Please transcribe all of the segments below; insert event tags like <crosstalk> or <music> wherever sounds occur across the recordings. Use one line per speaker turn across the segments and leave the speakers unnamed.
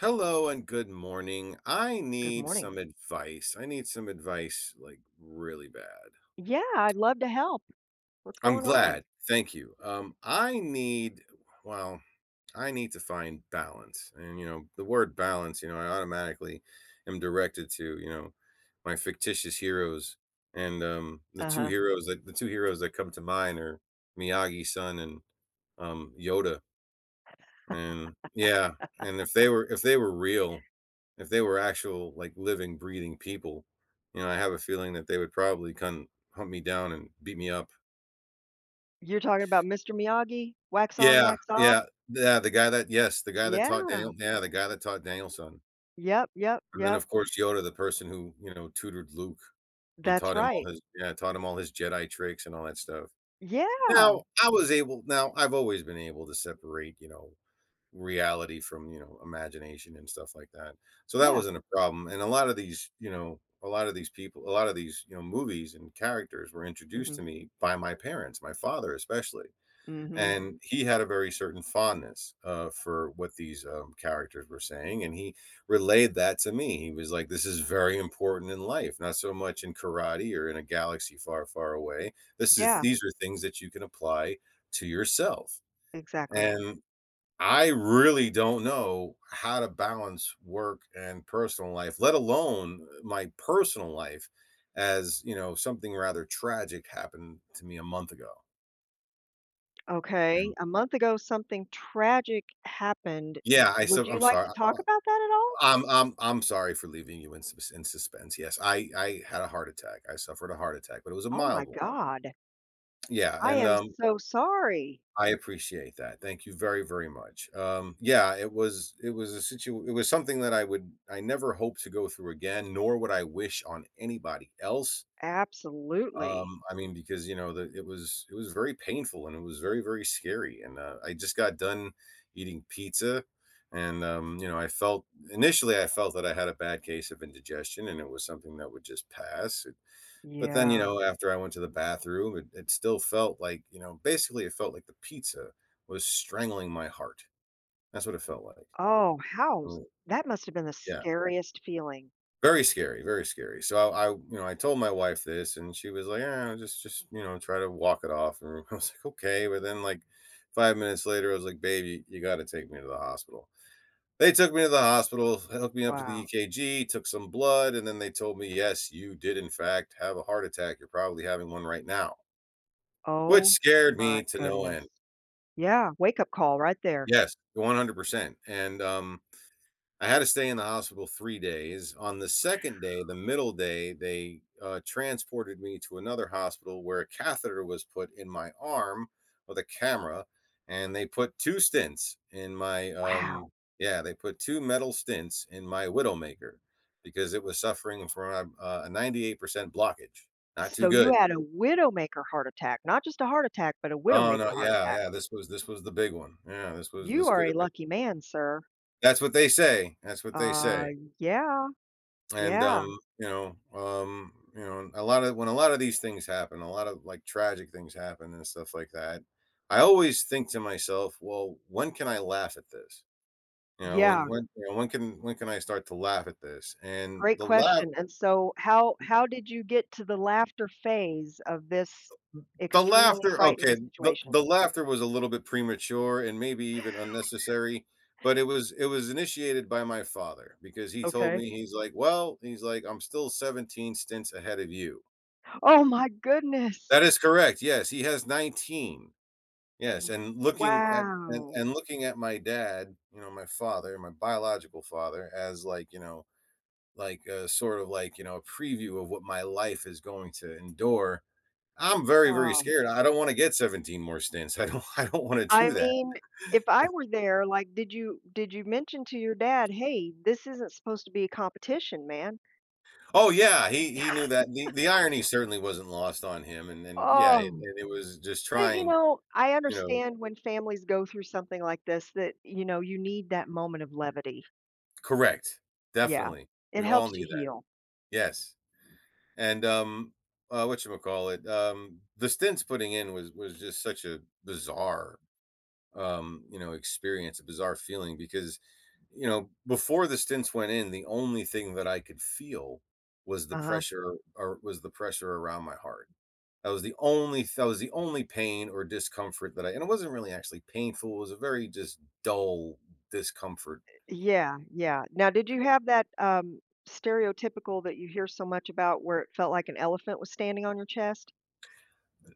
Hello and good morning. I
Good
need
morning.
some advice. I need some advice like really bad.
Yeah, I'd love to help. What's
I'm
going on?
glad. Thank you. I need well, I need to find balance. And the word balance, I automatically am directed to, my fictitious heroes and the two
Uh-huh.
heroes that the two heroes that come to mind are Miyagi-san and Yoda. And yeah, and if they were real, if they were actual like living, breathing people, you know, I have a feeling that they would probably come hunt me down and beat me up.
You're talking about Mr. Miyagi? Wax on,
Yeah,
wax off?
yeah, yeah. The guy that taught
Yeah.
Daniel, yeah, the guy that taught Daniel's son,
Yep, yep,
and then
yep.
of course Yoda, the person who you know tutored Luke and
That's
taught him all
right.
his yeah taught him all his Jedi tricks and all that stuff.
Yeah.
Now I was able. Now I've always been able to separate, you know, reality from, you know, imagination and stuff like that. So that
Yeah.
wasn't a problem, and a lot of these people a lot of these, you know, movies and characters were introduced
Hmm.
to me by my parents, my father especially,
Hmm.
and he had a very certain fondness, for what these, characters were saying, and he relayed that to me. He was like, "This is very important in life, not so much in karate or in a galaxy far, far away. This is
Yeah,
These are things that you can apply to yourself."
exactly.
And I really don't know how to balance work and personal life, let alone my personal life, as you know, something rather tragic happened to me a month ago. Mm.
Okay. A month ago, something tragic happened. Would you
I'm
like
sorry.
to talk about
I-
that at all?
am I'm sorry for leaving you in in suspense. Yes, I had a heart attack. I suffered a heart attack, but it was a
Oh my
mild one.
God.
Yeah,
I
and
am so sorry.
I appreciate that. Thank you very, very much. Yeah, it was a situ it was something that I never hope to go through again, nor would I wish on anybody else.
Absolutely.
I mean, because it was very painful and it was very, very scary. And I just got done eating pizza, and you know, I felt initially I felt that I had a bad case of indigestion, and it was something that would just pass. But then, you
Yeah.
know, after I went to the bathroom, it still felt like, you know, basically it felt like the pizza was strangling my heart. That's what it felt like.
Oh, how
Mm,
that must have been the
yeah.
scariest feeling.
Very scary, very scary. So you know, I told my wife this and she was like, "Yeah, just, you know, try to walk it off." And <laughs> I was like, "Okay." But then like 5 minutes later, I was like, "Baby, you got to take me to the hospital." They took me to the hospital, hooked me up to the
Wow.
EKG, took some blood, and then they told me, "Yes, you did in fact have a heart attack. You're probably having one right now." Which
Oh
scared
my
me to no
goodness.
end.
Yeah, wake up call right there.
Yes, 100%, and, I had to stay in the hospital 3 days. On the 2nd day, the middle day, they transported me to another hospital where a catheter was put in my arm with a camera, and they put 2 stents in my,
Wow.
yeah, they put 2 metal stents in my widowmaker because it was suffering from, a 98% blockage. Not too
So you
good.
had a widowmaker heart attack, not just a heart attack, but a
Oh, no,
widowmaker heart
yeah,
attack.
yeah, this was the big one. Yeah,
You
this
are
could
a
have been.
lucky man, sir.
That's what they say, that's what they
Uh,
say,
yeah,
and,
yeah,
you know, a lot of these things happen, a lot of, like, tragic things happen and stuff like that, I always think to myself, "Well, when can I laugh at this?"
yeah.
You know, when can I start to laugh at this? And
Great question. And so, how did you get to the laughter phase of this
the
extremely
laughter,
frightening
okay,
situation?
the laughter was a little bit premature and maybe even unnecessary, but it was initiated by my father because he told
Okay.
me, he's like, "Well," he's like, "I'm still 17 stints ahead of you."
Oh my goodness.
That is correct, yes, he has 19. Yes,
Wow.
and looking at my dad, you know, my father, my biological father, as, like, you know, like, a sort of, like, you know, a preview of what my life is going to endure, I'm very, very
Huh.
scared, I don't wanna get 17 more stints, I don't <laughs> I don't wanna
I
do that.
mean, if I were there, like, did you mention to your dad, "Hey, this isn't supposed to be a competition, man."
Oh, yeah, he knew that, the irony certainly wasn't lost on him, and yeah,
Oh.
and it was just
But, you
trying,
know, I
you know.
understand when families go through something like this that, you know, you need that moment of levity.
Correct,
Yeah,
definitely,
it
we all
helps you
knew that,
heal.
yes. And whatchamacallit, the stints putting in was just such a bizarre you know, experience, a bizarre feeling because you know, before the stints went in, the only thing that I could feel was
Uh-huh.
the pressure around my heart. That was the only pain or discomfort that I and it wasn't really actually painful. It was a very just dull discomfort.
Yeah, yeah. Now, did you have that, stereotypical that you hear so much about where it felt like an elephant was standing on your chest?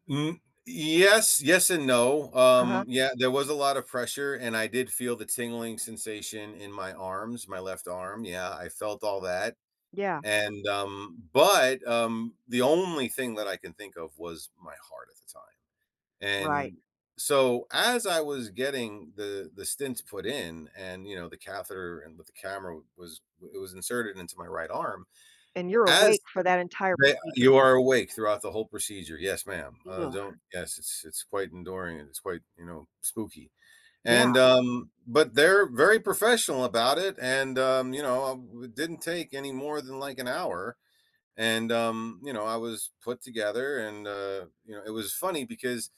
Mm, yes, yes and no.
Uh-huh.
Yeah, there was a lot of pressure, and I did feel the tingling sensation in my arms, my left arm. Yeah, I felt all that.
Yeah,
And but the only thing that I can think of was my heart at the time.
right.
And so as I was getting the stents put in, and you know the catheter and with the camera was it was inserted into my right arm,
And you're
as
awake for that entire
they
procedure.
you are awake throughout the whole procedure. Yes, ma'am.
Ugh,
Don't yes, it's quite enduring and it's quite, you know, spooky. And,
yeah.
but they're very professional about it and, it didn't take any more than, like, an hour, and, you know, I was put together and, you know, it was funny because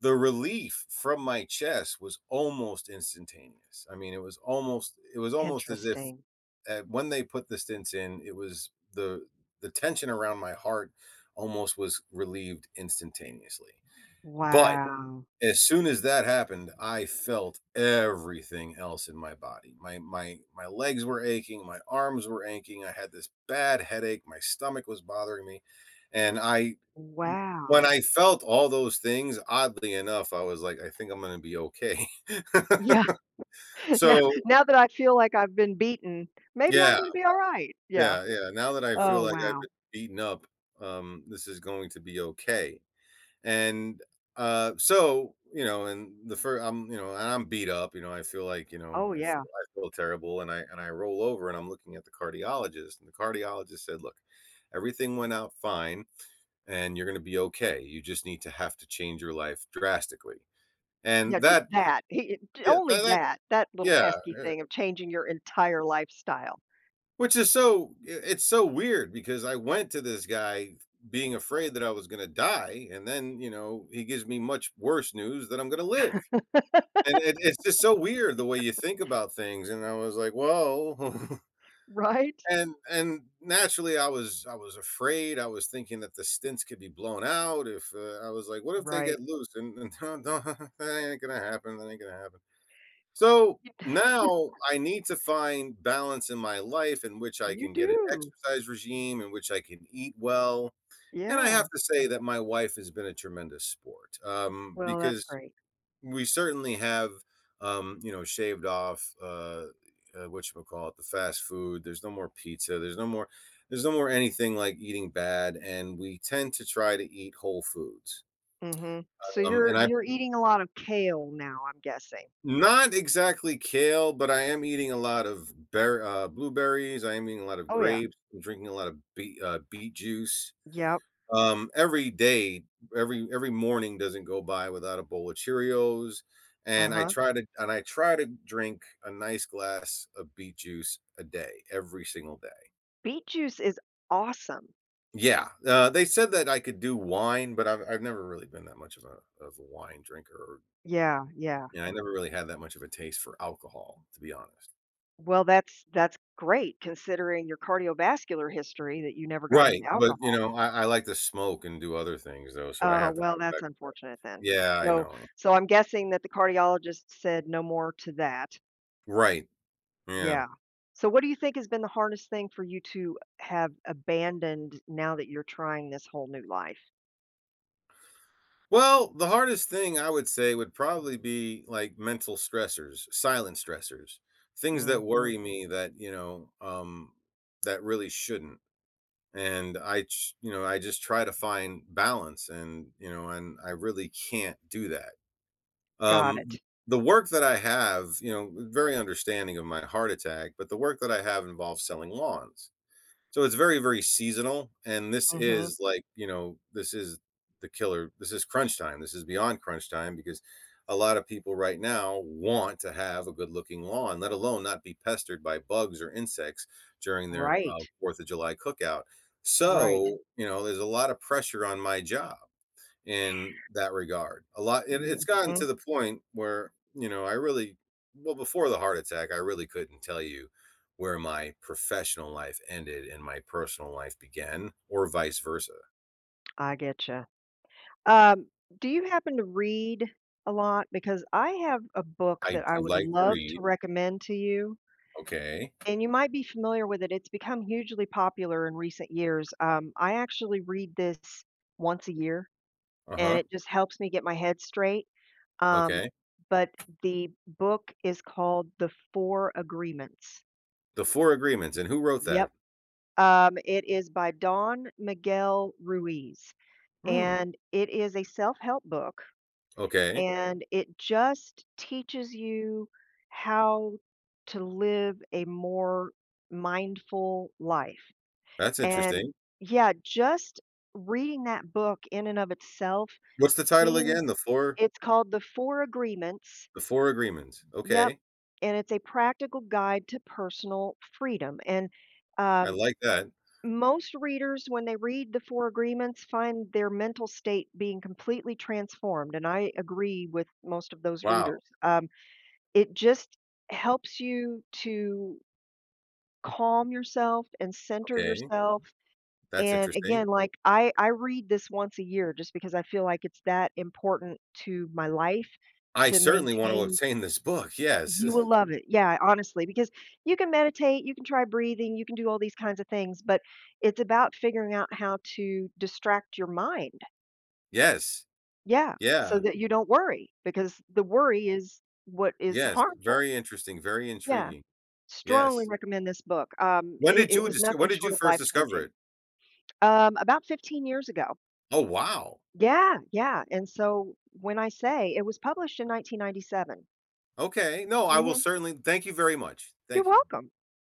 the relief from my chest was almost instantaneous. I mean, it was almost as if
Interesting.
when they put the stints in, it was the tension around my heart almost was relieved instantaneously. But
Wow.
as soon as that happened, I felt everything else in my body. My legs were aching, my arms were aching. I had this bad headache. My stomach was bothering me, and I when
Wow.
I felt all those things, oddly enough, I was like, I think I'm going to be okay.
Yeah,
<laughs>
<laughs> now
So
now that I feel like I've been beaten, maybe I'm
yeah,
gonna be alright. Yeah.
yeah, yeah, now that I feel
Oh,
like <laughs> I've
wow.
been beaten up, this is going to be okay, and, so, you know, and the 1st I'm you know, and I'm beat up, you know,
Oh, yeah.
I feel terrible, and I roll over, and I'm looking at the cardiologist, and the cardiologist said, "Look, everything went out fine, and you're gonna be okay, you just need to have to change your life drastically," and
Yeah, just
that
that. He j
yeah,
only
that that
that, that little
yeah,
pesky
uh
thing of changing your entire lifestyle,
which is so it's so weird because I went to this guy being afraid that I was gonna die, and then, you know, he gives me much worse news that I'm gonna live. And it's just so weird the way you think about things, and I was like, "Whoa." <laughs>
<laughs> right?
And naturally, I was afraid, I was thinking that the stints could be blown out if, I was like, "What if they get
Right.
loose?" And <laughs> no, no, <laughs> that ain't gonna happen, that ain't gonna happen. So
You
now I need to find balance in my life in which I
you
can get an
do.
exercise regime, in which I can eat well. And I
Yeah.
have to say that my wife has been a tremendous sport,
Well, that's
because
great.
we certainly have, you know, shaved off what you call it, the fast food. There's no more pizza. There's no more. There's no more anything like eating bad, and we tend to try to eat whole foods.
Mhm. So you're
And I
you're eating a lot of kale now, I'm guessing?
Not exactly kale, but I am eating a lot of bear blueberries, I am eating a lot of
Oh, yeah.
grapes, I'm drinking a lot of beet juice.
Yep.
Every day, every morning doesn't go by without a bowl of Cheerios,
Uh-huh.
and I try to drink a nice glass of beet juice a day, every single day.
Beet juice is awesome.
Yeah, they said that I could do wine, but I've never really been that much of a wine drinker, or,
Yeah, yeah.
you know, I never really had that much of a taste for alcohol, to be honest.
Well, that's great considering your cardiovascular history that you never got into
Right, but, you
alcohol.
know, I like to smoke and do other things, though, so I
Oh,
have to
well,
cut
that's
back.
unfortunate then.
Yeah, I
So
know. Yeah.
so I'm guessing that the cardiologist said no more to that.
Right, yeah.
Yeah. So what do you think has been the hardest thing for you to have abandoned now that you're trying this whole new life?
Well, the hardest thing I would say would probably be, like, mental stressors, silent stressors, things that
Mhm.
worry me that, that really shouldn't, and I ch you know, I just try to find balance and, you know, and I really can't do that.
Got
Um,
it.
the work that I have, you know, very understanding of my heart attack, but the work that I have involves selling lawns. So it's very, very seasonal, and this
Mhm.
is like, you know, this is the killer. This is crunch time. This is beyond crunch time because a lot of people right now want to have a good-looking lawn, let alone not be pestered by bugs or insects during their
Right.
4th of July cookout.
Right.
So, you know, there's a lot of pressure on my job in that regard. A lot and it's gotten
Mhm.
to the point where, you know, before the heart attack, I really couldn't tell you where my professional life ended and my personal life began or vice versa.
I get you. Um, do you happen to read a lot? Because I have a book
I
that I
do
would
like to
love to
read.
recommend to you,
Okay.
and you might be familiar with it. It's become hugely popular in recent years. I actually read this once a year, and
Uh-huh.
it just helps me get my head straight. Um,
Okay.
but the book is called The Four Agreements.
The Four Agreements, and who wrote
Yep.
that?
It is by Don Miguel Ruiz,
Hmm.
and it is a self help book
Okay.
and it just teaches you how to live a more mindful life.
That's
And
interesting.
yeah, just reading that book in and of itself
What's the title
seems.
again? The Four.
It's called The Four Agreements.
The Four Agreements.
Yep.
Okay.
And it's a practical guide to personal freedom. And
I
um,
like that.
most readers, when they read the Four Agreements, find their mental state being completely transformed. And I agree with most of those
Wow.
readers. It just helps you to calm yourself and center
Okay.
yourself,
That's
and
interesting.
again, like, I read this once a year just because I feel like it's that important to my life
I
to
certainly want to
maintain.
obtain this book.
You
Yes.
will
<laughs>
love it. Yeah, honestly, because you can meditate, you can try breathing, you can do all these kinds of things, but it's about figuring out how to distract your mind.
Yes.
Yeah, so
Yeah.
that you don't worry because the worry is what is
Yes.
harmful.
Very interesting, very
Yeah.
intriguing.
Strongly
Yes.
recommend this book. Um, it it was nothing
When did you
short of
first discover
life-changing.
it?
About 15 years ago.
Oh, wow.
Yeah, yeah, and so when I say it was published in 1997.
Okay. No, I will
Mhm.
certainly thank you very much.
You're
Thank you.
welcome.